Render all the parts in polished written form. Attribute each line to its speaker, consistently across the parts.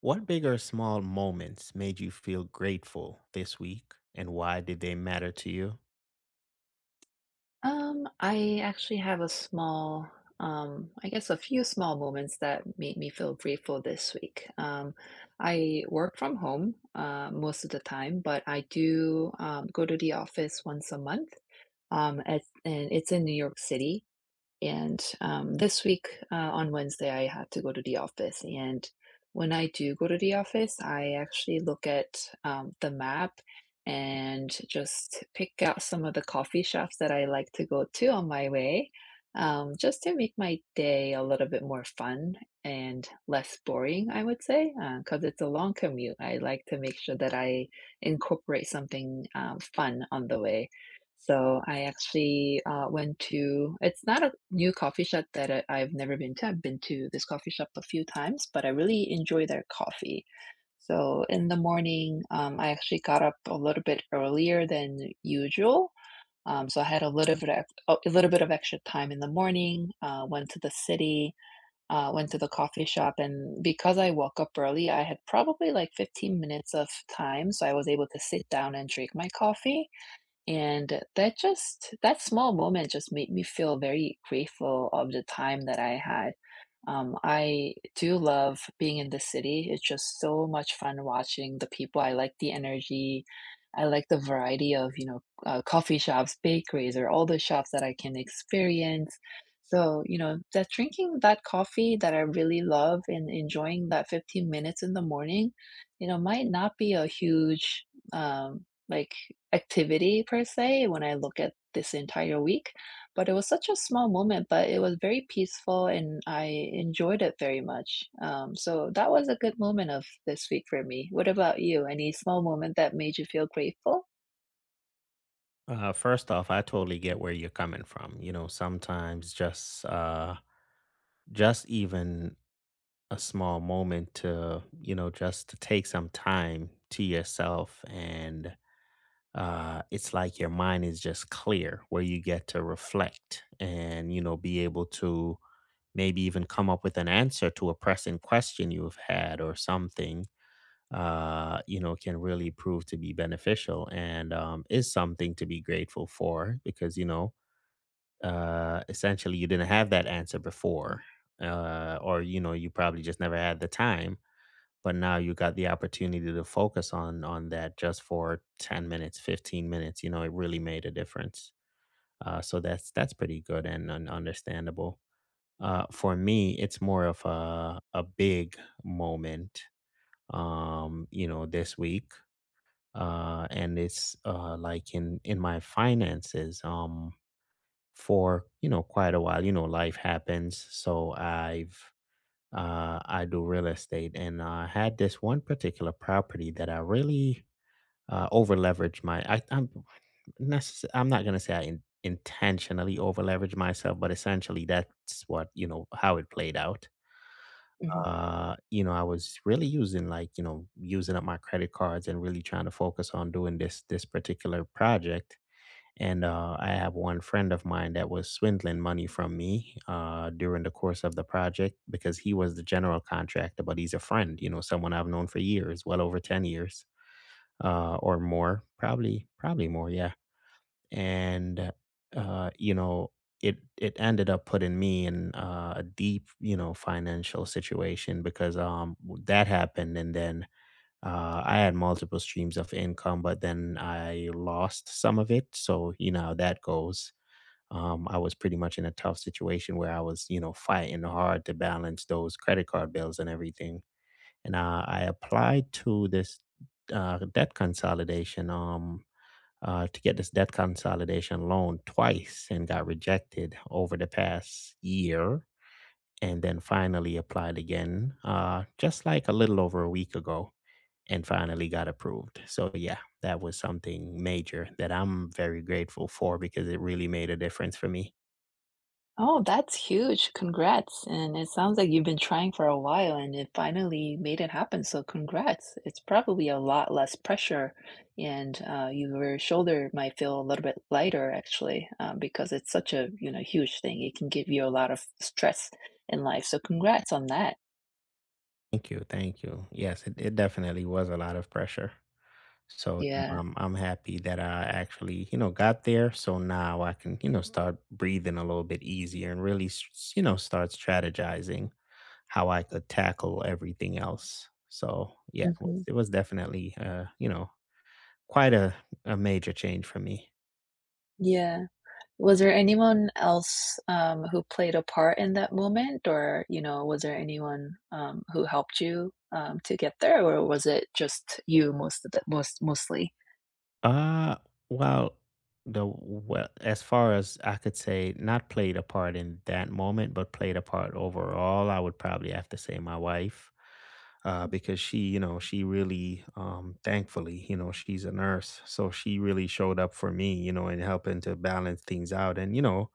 Speaker 1: What big or small moments made you feel grateful this week and why did they matter to you?
Speaker 2: I actually have a small, I guess a few small moments that made me feel grateful this week. I work from home most of the time, but I do go to the office once a month. And it's in New York City. And This week on Wednesday, I had to go to the office. And when I do go to the office, I actually look at the map and just pick out some of the coffee shops that I like to go to on my way, just to make my day a little bit more fun and less boring, I would say, because it's a long commute. I like to make sure that I incorporate something fun on the way. So I actually went to, it's not a new coffee shop that I've never been to. I've been to this coffee shop a few times, but I really enjoy their coffee. So in the morning, I actually got up a little bit earlier than usual. So I had a little bit of, a little bit of extra time in the morning, went to the city, went to the coffee shop. And because I woke up early, I had probably like 15 minutes of time. So I was able to sit down and drink my coffee. And that small moment just made me feel very grateful of the time that I had. I do love being in the city. It's just so much fun watching the people. I like the energy. I like the variety of, you know, coffee shops, bakeries, or all the shops that I can experience. So, you know, that drinking that coffee that I really love and enjoying that 15 minutes in the morning, you know, might not be a huge um, like activity per se when I look at this entire week, but it was such a small moment, but it was very peaceful and I enjoyed it very much. So that was a good moment of this week for me. What about you? Any small moment that made you feel grateful?
Speaker 1: First off, I totally get where you're coming from. You know, sometimes just even a small moment to, you know, just to take some time to yourself and it's like your mind is just clear where you get to reflect and, you know, be able to maybe even come up with an answer to a pressing question you've had or something. You know, can really prove to be beneficial and is something to be grateful for because, you know, essentially you didn't have that answer before, or, you know, you probably just never had the time. But now you got the opportunity to focus on that just for 10 minutes, 15 minutes. You know, it really made a difference. So that's pretty good and understandable. For me, it's more of a big moment, you know, this week, and it's like in my finances for you know quite a while, you know, life happens. So I've I do real estate and I had this one particular property that I really over leveraged my I'm not going to say I intentionally over leveraged myself, but essentially that's, what you know, how it played out.
Speaker 2: Mhm.
Speaker 1: You know, I was really using, like, you know, using up my credit cards and really trying to focus on doing this particular project. And I have one friend of mine that was swindling money from me during the course of the project because he was the general contractor, but he's a friend, you know, someone I've known for years, well over 10 years or more, probably, probably more. Yeah. And you know, it ended up putting me in a deep, you know, financial situation because that happened. And then I had multiple streams of income, but then I lost some of it, so you know how that goes. I was pretty much in a tough situation where I was, you know, fighting hard to balance those credit card bills and everything. And I applied to this debt consolidation, to get this debt consolidation loan twice and got rejected over the past year. And then finally applied again, just like a little over a week ago, and finally got approved. So, yeah, that was something major that I'm very grateful for because it really made a difference for me.
Speaker 2: Oh, that's huge. Congrats. And it sounds like you've been trying for a while and it finally made it happen. So congrats. It's probably a lot less pressure and your shoulder might feel a little bit lighter actually, because it's such a, you know, huge thing. It can give you a lot of stress in life. So congrats on that.
Speaker 1: Thank you. Thank you. Yes, it definitely was a lot of pressure. So
Speaker 2: Yeah.
Speaker 1: I'm happy that I actually, you know, got there. So now I can, you know, start breathing a little bit easier and really, you know, start strategizing how I could tackle everything else. So yeah,
Speaker 2: Hmm.
Speaker 1: it was definitely, you know, quite a major change for me.
Speaker 2: Yeah. Was there anyone else, who played a part in that moment? Or, you know, was there anyone, who helped you, to get there? Or was it just you most of the most mostly?
Speaker 1: Uh, well, well, as far as I could say, not played a part in that moment, but played a part overall. I would probably have to say my wife, because she, you know, she really, thankfully, you know, she's a nurse, so she really showed up for me, you know, in helping to balance things out, and you know,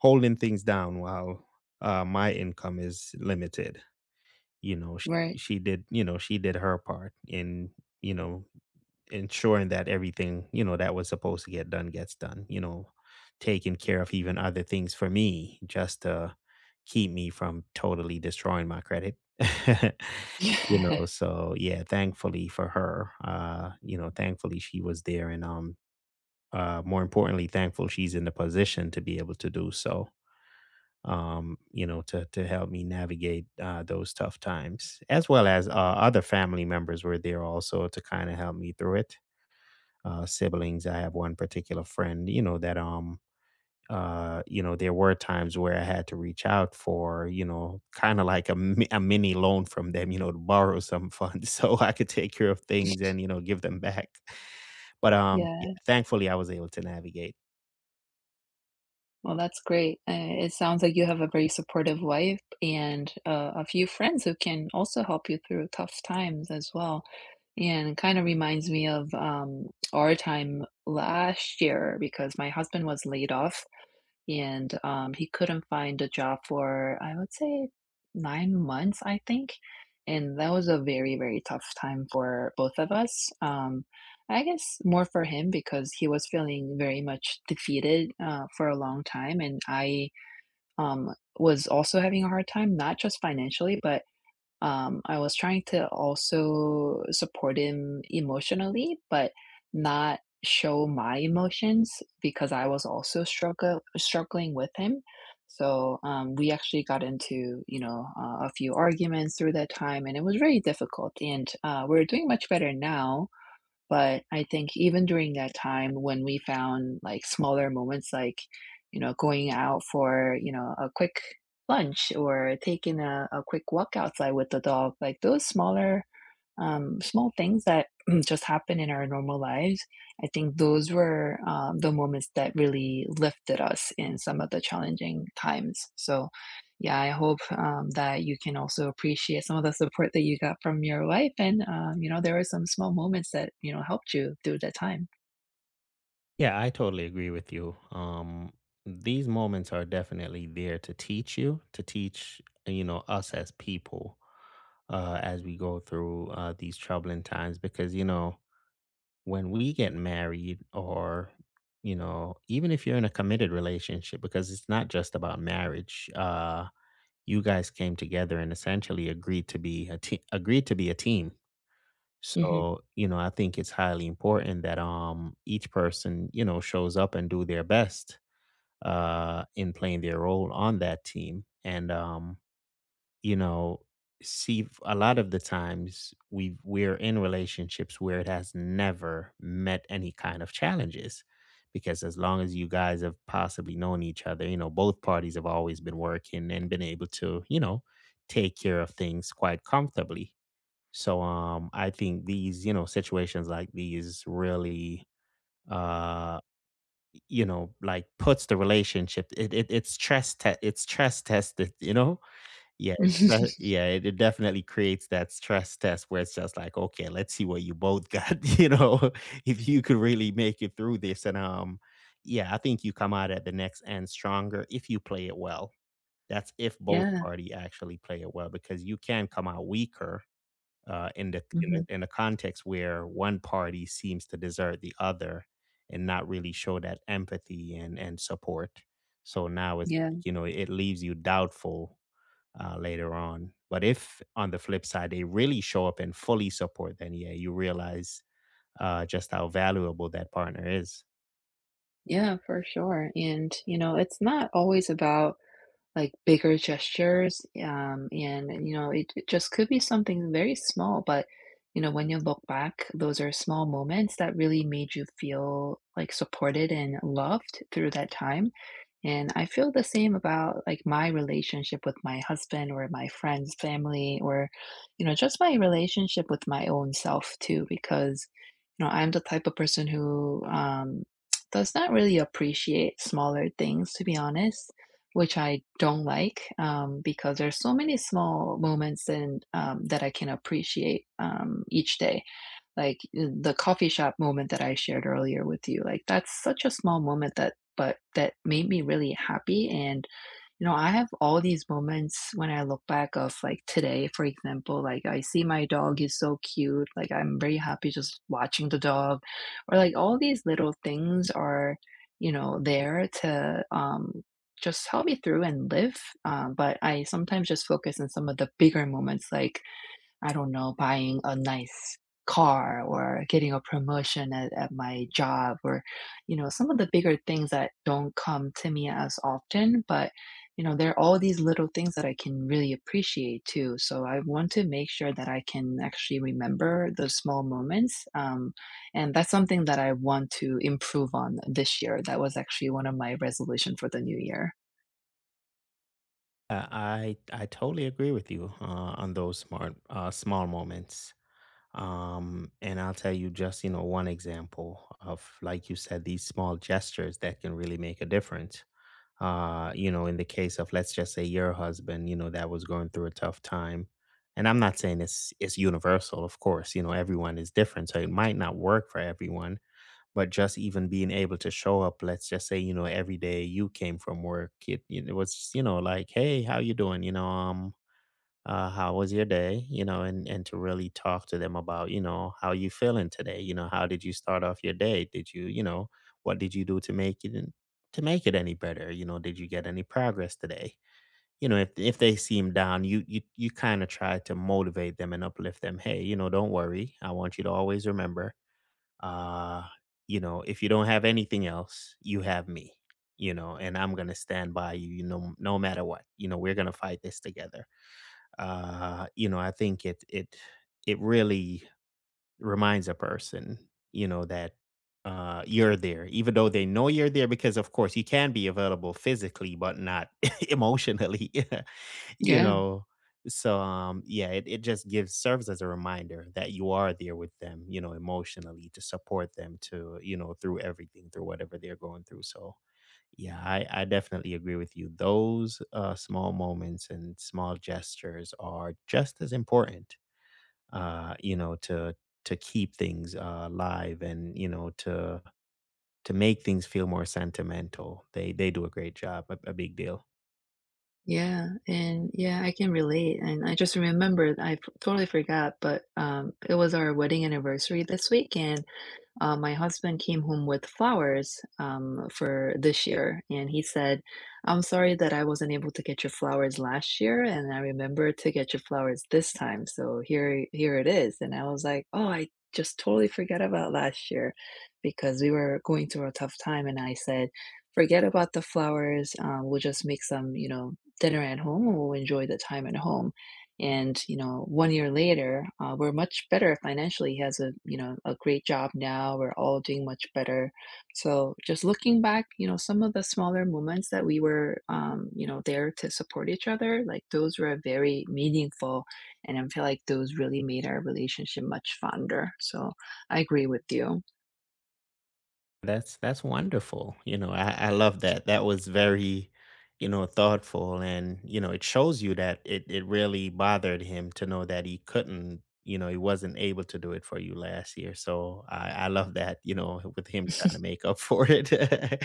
Speaker 1: holding things down while my income is limited. You know,
Speaker 2: Right.
Speaker 1: she did, you know, she did her part in, you know, ensuring that everything, you know, that was supposed to get done gets done, you know, taking care of even other things for me just to keep me from totally destroying my credit. You know,
Speaker 2: Yeah.
Speaker 1: so yeah, thankfully for her, you know, thankfully she was there, and more importantly, thankful she's in the position to be able to do so. You know, to help me navigate those tough times, as well as other family members were there also to kind of help me through it, siblings. I have one particular friend, you know, that you know, there were times where I had to reach out for, you know, kind of like a mini loan from them, you know, to borrow some funds so I could take care of things and, you know, give them back. But yeah,
Speaker 2: Yeah.
Speaker 1: thankfully I was able to navigate.
Speaker 2: Well, that's great. It sounds like you have a very supportive wife and, a few friends who can also help you through tough times as well. And it kinda reminds me of, our time last year because my husband was laid off and he couldn't find a job for I would say 9 months, I think, and that was a very very tough time for both of us. I guess more for him because he was feeling very much defeated for a long time, and I um, was also having a hard time, not just financially, but I was trying to also support him emotionally, but not show my emotions because I was also struggle struggling with him. So we actually got into, you know, a few arguments through that time, and it was very difficult. And we're doing much better now, but I think even during that time when we found, like, smaller moments, like, you know, going out for, you know, a quick lunch or taking a quick walk outside with the dog, like, those smaller small things that just happen in our normal lives. I think those were the moments that really lifted us in some of the challenging times. So, yeah, I hope that you can also appreciate some of the support that you got from your wife, and you know there were some small moments that you know helped you through that time.
Speaker 1: Yeah, I totally agree with you. These moments are definitely there to teach you, to teach you know, us as people as we go through these troubling times because, you know, when we get married, or you know, even if you're in a committed relationship, because it's not just about marriage. You guys came together and essentially agreed to be a team, agreed to be a team.
Speaker 2: Hmm.
Speaker 1: So you know, I think it's highly important that each person, you know, shows up and do their best in playing their role on that team. And you know, a lot of the times we're in relationships where it has never met any kind of challenges, because as long as you guys have possibly known each other, you know, both parties have always been working and been able to, you know, take care of things quite comfortably. So I think these, you know, situations like these really uh you know, like, puts the relationship, it's stress tested, you know. yeah, it's yeah, it definitely creates that stress test where it's just like, "Okay, let's see what you both got," you know, if you could really make it through this, and, yeah, I think you come out at the next end stronger if you play it well. That's if both
Speaker 2: Yeah.
Speaker 1: party actually play it well, because you can come out weaker, in the in
Speaker 2: Hmm.
Speaker 1: the in the context where one party seems to desert the other and not really show that empathy and support. So now it's
Speaker 2: Yeah.
Speaker 1: like, you know, it leaves you doubtful later on. But if on the flip side they really show up and fully support, then yeah, you realize just how valuable that partner is.
Speaker 2: Yeah, for sure. And, you know, it's not always about like bigger gestures and you know it just could be something very small, but you know when you look back, those are small moments that really made you feel like supported and loved through that time. And I feel the same about like my relationship with my husband or my friends, family, or you know just my relationship with my own self too because you know I'm the type of person who does not really appreciate smaller things to be honest, which I don't like, because there's so many small moments, and that I can appreciate each day. Like the coffee shop moment that I shared earlier with you, like that's such a small moment that but that made me really happy. And you know, I have all these moments when I look back of like today, for example, like I see my dog is so cute, like I'm very happy just watching the dog, or like all these little things are, you know, there to just help me through and live. But I sometimes just focus on some of the bigger moments, like I don't know, buying a nice car or getting a promotion at my job, or, you know, some of the bigger things that don't come to me as often. But, you know, there are all these little things that I can really appreciate too. So I want to make sure that I can actually remember those small moments. And that's something that I want to improve on this year. That was actually one of my resolution for the new year.
Speaker 1: I totally agree with you on those smart small moments. And I'll tell you, just, you know, one example of, like you said, these small gestures that can really make a difference. You know, in the case of, let's just say, your husband, you know, that was going through a tough time, and I'm not saying it's universal, of course. You know, everyone is different, so it might not work for everyone, but just even being able to show up, let's just say, you know, every day you came from work, it was, you know, like, "Hey, how you doing?" You know, how was your day? You know, and to really talk to them about, you know, how you feeling today? You know, how did you start off your day? Did you, you know, what did you do to to make it any better? You know, did you get any progress today? You know, if they seem down, you kind of try to motivate them and uplift them. Hey, you know, don't worry. I want you to always remember, uh, you know, if you don't have anything else, you have me. You know, and I'm gonna stand by you. You know, no matter what. You know, we're gonna fight this together. You know, I think it really reminds a person, you know, that you're there, even though they know you're there, because of course you can be available physically but not emotionally you
Speaker 2: Yeah.
Speaker 1: know. So yeah, it just gives serves as a reminder that you are there with them, you know, emotionally, to support them, to you know, through everything, through whatever they're going through. So yeah, I definitely agree with you. Those small moments and small gestures are just as important, you know, to keep things live, and you know, to make things feel more sentimental. They do a great job, a big deal.
Speaker 2: Yeah, and yeah, I can relate, and I just remembered I f totally forgot, but, it was our wedding anniversary this week, and my husband came home with flowers for this year, and he said, I'm sorry that I wasn't able to get your flowers last year, and I remember to get your flowers this time. So here, here it is. And I was like, oh, I just totally forgot about last year because we were going through a tough time. And I said, forget about the flowers. We'll just make some, you know, dinner at home and we'll enjoy the time at home. And you know, one year later, we're much better financially. He has, a you know, a great job now. We're all doing much better. So just looking back, you know, some of the smaller moments that we were you know there to support each other, like those were very meaningful, and I feel like those really made our relationship much fonder. So I agree with you.
Speaker 1: That's wonderful. You know, I love that. That was very, you know, thoughtful, and, you know, it shows you that it really bothered him to know that he couldn't, you know, he wasn't able to do it for you last year. So I love that, you know, with him trying to make up for it.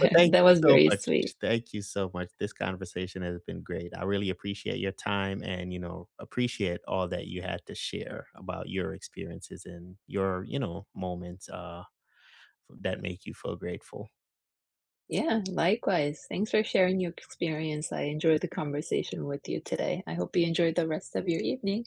Speaker 1: But thank
Speaker 2: that
Speaker 1: you
Speaker 2: was
Speaker 1: so
Speaker 2: very
Speaker 1: much.
Speaker 2: sweet.
Speaker 1: Thank you so much. This conversation has been great. I really appreciate your time, and, you know, appreciate all that you had to share about your experiences and your, you know, moments. That make you feel grateful.
Speaker 2: Yeah, likewise. Thanks for sharing your experience. I enjoyed the conversation with you today. I hope you enjoyed the rest of your evening.